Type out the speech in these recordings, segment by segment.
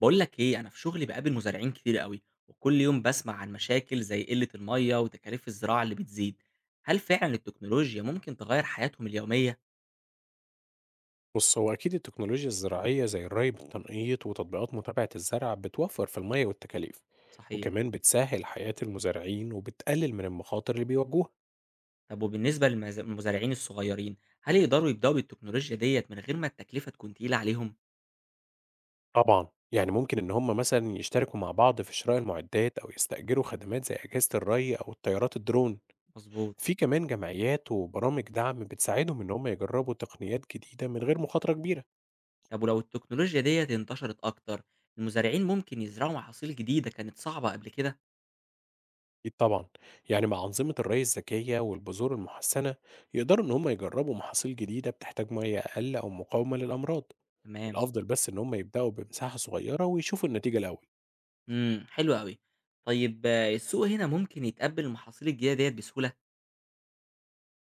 بقول لك ايه، انا في شغلي بقابل مزارعين كتير قوي. وكل يوم بسمع عن مشاكل زي قلة المية وتكاليف الزراعة اللي بتزيد. هل فعلا التكنولوجيا ممكن تغير حياتهم اليومية؟ بص هو أكيد التكنولوجيا الزراعية زي الري بالتنقيط وتطبيقات متابعة الزرع بتوفر في المية والتكاليف، صحيح. وكمان بتسهل حياة المزارعين وبتقلل من المخاطر اللي بيواجهوها. طب وبالنسبة للمزارعين الصغيرين، هل يقدروا يبدأوا بالتكنولوجيا ديت من غير ما التكلفة تكون تقيلة عليهم؟ طبعا يعني ممكن إن هم مثلا يشتركوا مع بعض في شراء المعدات أو يستأجروا خدمات زي أجهزة الري أو الطيارات الدرون. مظبوط. في كمان جمعيات وبرامج دعم بتساعدهم إن هم يجربوا تقنيات جديدة من غير مخاطرة كبيرة. طب ولو التكنولوجيا ديت انتشرت اكتر، المزارعين ممكن يزرعوا محاصيل جديدة كانت صعبة قبل كده؟ أكيد طبعًا، يعني مع أنظمة الري الذكية والبذور المحسنة يقدروا إن هم يجربوا محاصيل جديدة بتحتاج مية أقل أو مقاومة للأمراض، تمام. الأفضل بس إن هم يبدأوا بمساحة صغيرة ويشوفوا النتيجة الأول. حلو قوي. طيب السوق هنا ممكن يتقبل المحاصيل الجديدة ديت بسهولة؟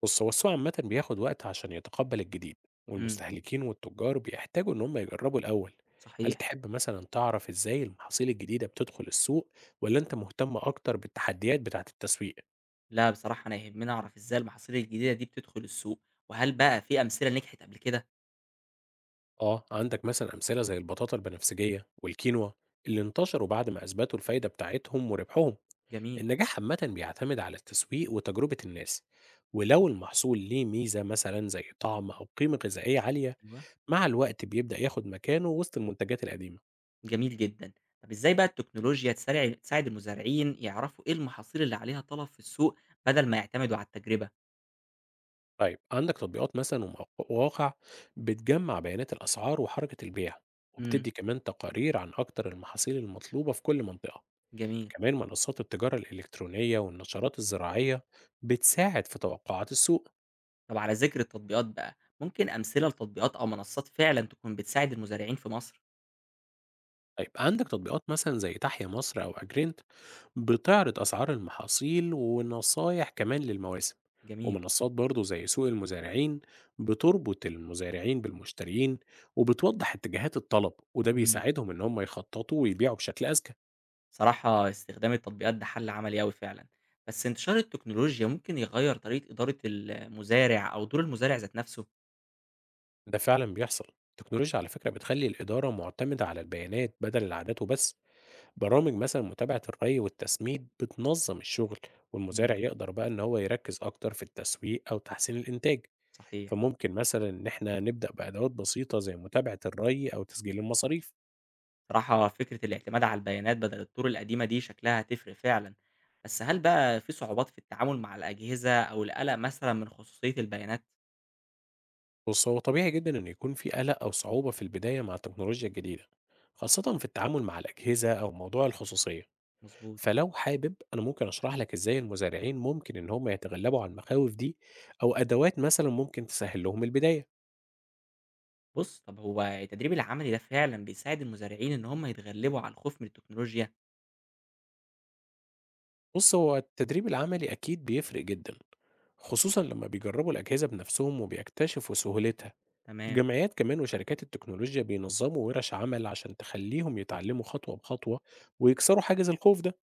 بُص هو السوق عامةً بياخد وقت عشان يتقبل الجديد، امم. والمستهلكين والتجار بيحتاجوا إن هم يجربوا الأول. هل صحيح. تحب مثلًا تعرف إزاي المحاصيل الجديدة بتدخل السوق والّا أنت مهتم أكتر بالتحديات بتاعة التسويق؟ لا بصراحة أنا يهمني أعرف إزاي المحاصيل الجديدة دي بتدخل السوق، وهل بقى في أمثلة نجحت قبل كده؟ آه عندك مثلا أمثلة زي البطاطا البنفسجية والكينوا اللي انتشروا بعد ما أثبتوا الفايدة بتاعتهم وربحهم. جميل. النجاح عامة بيعتمد على التسويق وتجربة الناس، ولو المحصول ليه ميزة مثلا زي طعم أو قيمة غذائية عالية أيوه. مع الوقت بيبدأ ياخد مكانه وسط المنتجات القديمة. جميل جدًا. طب إزاي بقى التكنولوجيا تساعد المزارعين يعرفوا إيه المحاصيل اللي عليها طلب في السوق، بدل ما يعتمدوا على التجربة؟ طيب عندك تطبيقات مثلا ومواقع بتجمع بيانات الأسعار وحركة البيع، إمم. وبتدي كمان تقارير عن أكتر المحاصيل المطلوبة في كل منطقة. جميل. كمان منصات التجارة الإلكترونية والنشرات الزراعية بتساعد في توقعات السوق. طب على ذكر التطبيقات بقى، ممكن أمثلة لتطبيقات أو منصات فعلًا تكون بتساعد المزارعين في مصر؟ هيبقى عندك تطبيقات مثلا زي تحيا مصر أو أجرينت بتعرض أسعار المحاصيل ونصايح كمان للمواسم. جميل. ومنصات برضو زي سوق المزارعين بتربط المزارعين بالمشترين وبتوضح اتجاهات الطلب، وده إمم. بيساعدهم إن هم يخططوا ويبيعوا بشكل أذكى. صراحة استخدام التطبيقات ده حل عملي أوي فعلًا، بس انتشار التكنولوجيا ممكن يغير طريقة إدارة المزارع أو دور المزارع ذات نفسه؟ ده فعلا بيحصل، التكنولوجيا على فكرة بتخلي الإدارة معتمدة على البيانات بدل العادات وبس. برامج مثلا متابعة الري والتسميد بتنظم الشغل، والمزارع إمم. يقدر بقى إن هو يركز أكتر في التسويق أو تحسين الإنتاج. صحيح. فممكن مثلا إن إحنا نبدأ بأدوات بسيطة زي متابعة الري أو تسجيل المصاريف. صراحة فكرة الاعتماد على البيانات بدل الطُرق القديمة دي شكلها هتفرق فعلًا، بس هل بقى في صعوبات في التعامل مع الأجهزة أو القلق مثلًا من خصوصية البيانات؟ بص هو طبيعي جدا إن يكون في قلق أو صعوبة في البداية مع التكنولوجيا الجديدة، خاصة في أيوه، التعامل مع الأجهزة أو موضوع الخصوصية. مضبوط. فلو حابب أنا ممكن أشرح لك إزاي المزارعين ممكن إن هم يتغلبوا على المخاوف دي أو أدوات مثلا ممكن تسهل لهم البداية. بُص، طب هو التدريب العملي ده فعلًا بيساعد المزارعين إن هم يتغلبوا على الخوف من التكنولوجيا؟ بص هو التدريب العملي أكيد بيفرق جدا، خصوصا لما بيجربوا الأجهزة بنفسهم وبيكتشفوا سهولتها. تمام. الجمعيات كمان وشركات التكنولوجيا بينظموا ورش عمل عشان تخليهم يتعلموا خطوة بخطوة ويكسروا حاجز الخوف ده.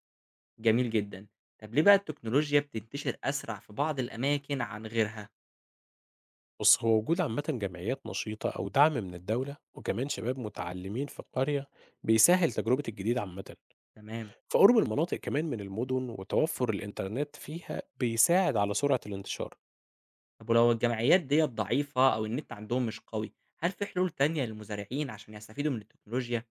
جميل جدًا. طب ليه بقى التكنولوجيا بتنتشر أسرع في بعض الأماكن عن غيرها؟ بص هو وجود عامة جمعيات نشيطة أو دعم من الدولة وكمان شباب متعلمين في القرية بيسهل تجربة الجديد عامة. تمام. فقرب المناطق كمان من المدن وتوفر الإنترنت فيها بيساعد على سرعة الانتشار. طب ولو الجمعيات ديّة ضعيفة أو النت عندهم مش قوي، هل في حلول تانية للمزارعين عشان يستفيدوا من التكنولوجيا؟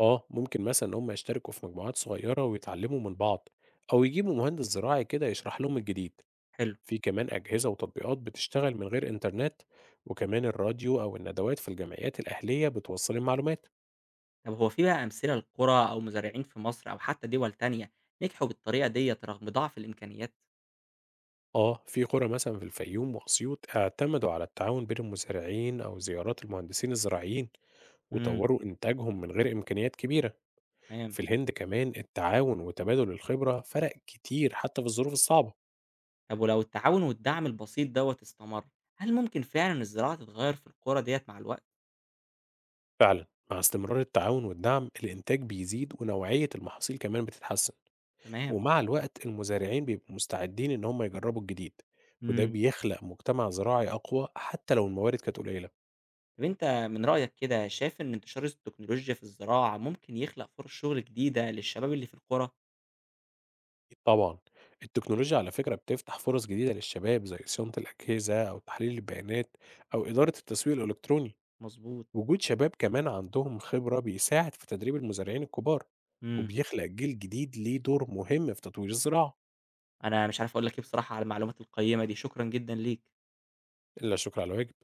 آه ممكن مثلا إن هم يشتركوا في مجموعات صغيرة ويتعلموا من بعض، أو يجيبوا مهندس زراعي كده يشرح لهم الجديد. حلو. في كمان أجهزة وتطبيقات بتشتغل من غير إنترنت، وكمان الراديو أو الندوات في الجمعيات الأهلية بتوصل المعلومات. طب هو في بقى أمثلة لقرى أو مزارعين في مصر أو حتى دول تانية نجحوا بالطريقة ديّة رغم ضعف الإمكانيات؟ آه في قرى مثلا في الفيوم وأسيوط اعتمدوا على التعاون بين المزارعين أو زيارات المهندسين الزراعيين امم. وطوروا إنتاجهم من غير إمكانيات كبيرة. تمام. في الهند كمان التعاون وتبادل الخبرة فرق كتير حتى في الظروف الصعبة. طب ولو التعاون والدعم البسيط دوّة استمر، هل ممكن فعلًا الزراعة تتغير في القرى ديّة مع الوقت؟ فعلا مع استمرار التعاون والدعم الإنتاج بيزيد ونوعية المحاصيل كمان بتتحسن. تمام. ومع الوقت المزارعين بيبقوا مستعدين إن هم يجربوا الجديد، وده امم. بيخلق مجتمع زراعي أقوى حتى لو الموارد كانت قليلة. طب أنت من رأيك كده شايف إن انتشار التكنولوجيا في الزراعة ممكن يخلق فرص شغل جديدة للشباب اللي في القرى؟ طبعا التكنولوجيا على فكرة بتفتح فرص جديدة للشباب زي صيانة الأجهزة أو تحليل البيانات أو إدارة التسويق الإلكتروني. مظبوط. وجود شباب كمان عندهم خبرة بيساعد في تدريب المزارعين الكبار، امم. وبيخلق جيل جديد ليه دور مهم في تطوير الزراعة. أنا مش عارف أقول لك إيه بصراحة على المعلومات القيمة دي، شكرًا جدًا ليك. إلا شكرا على واجب.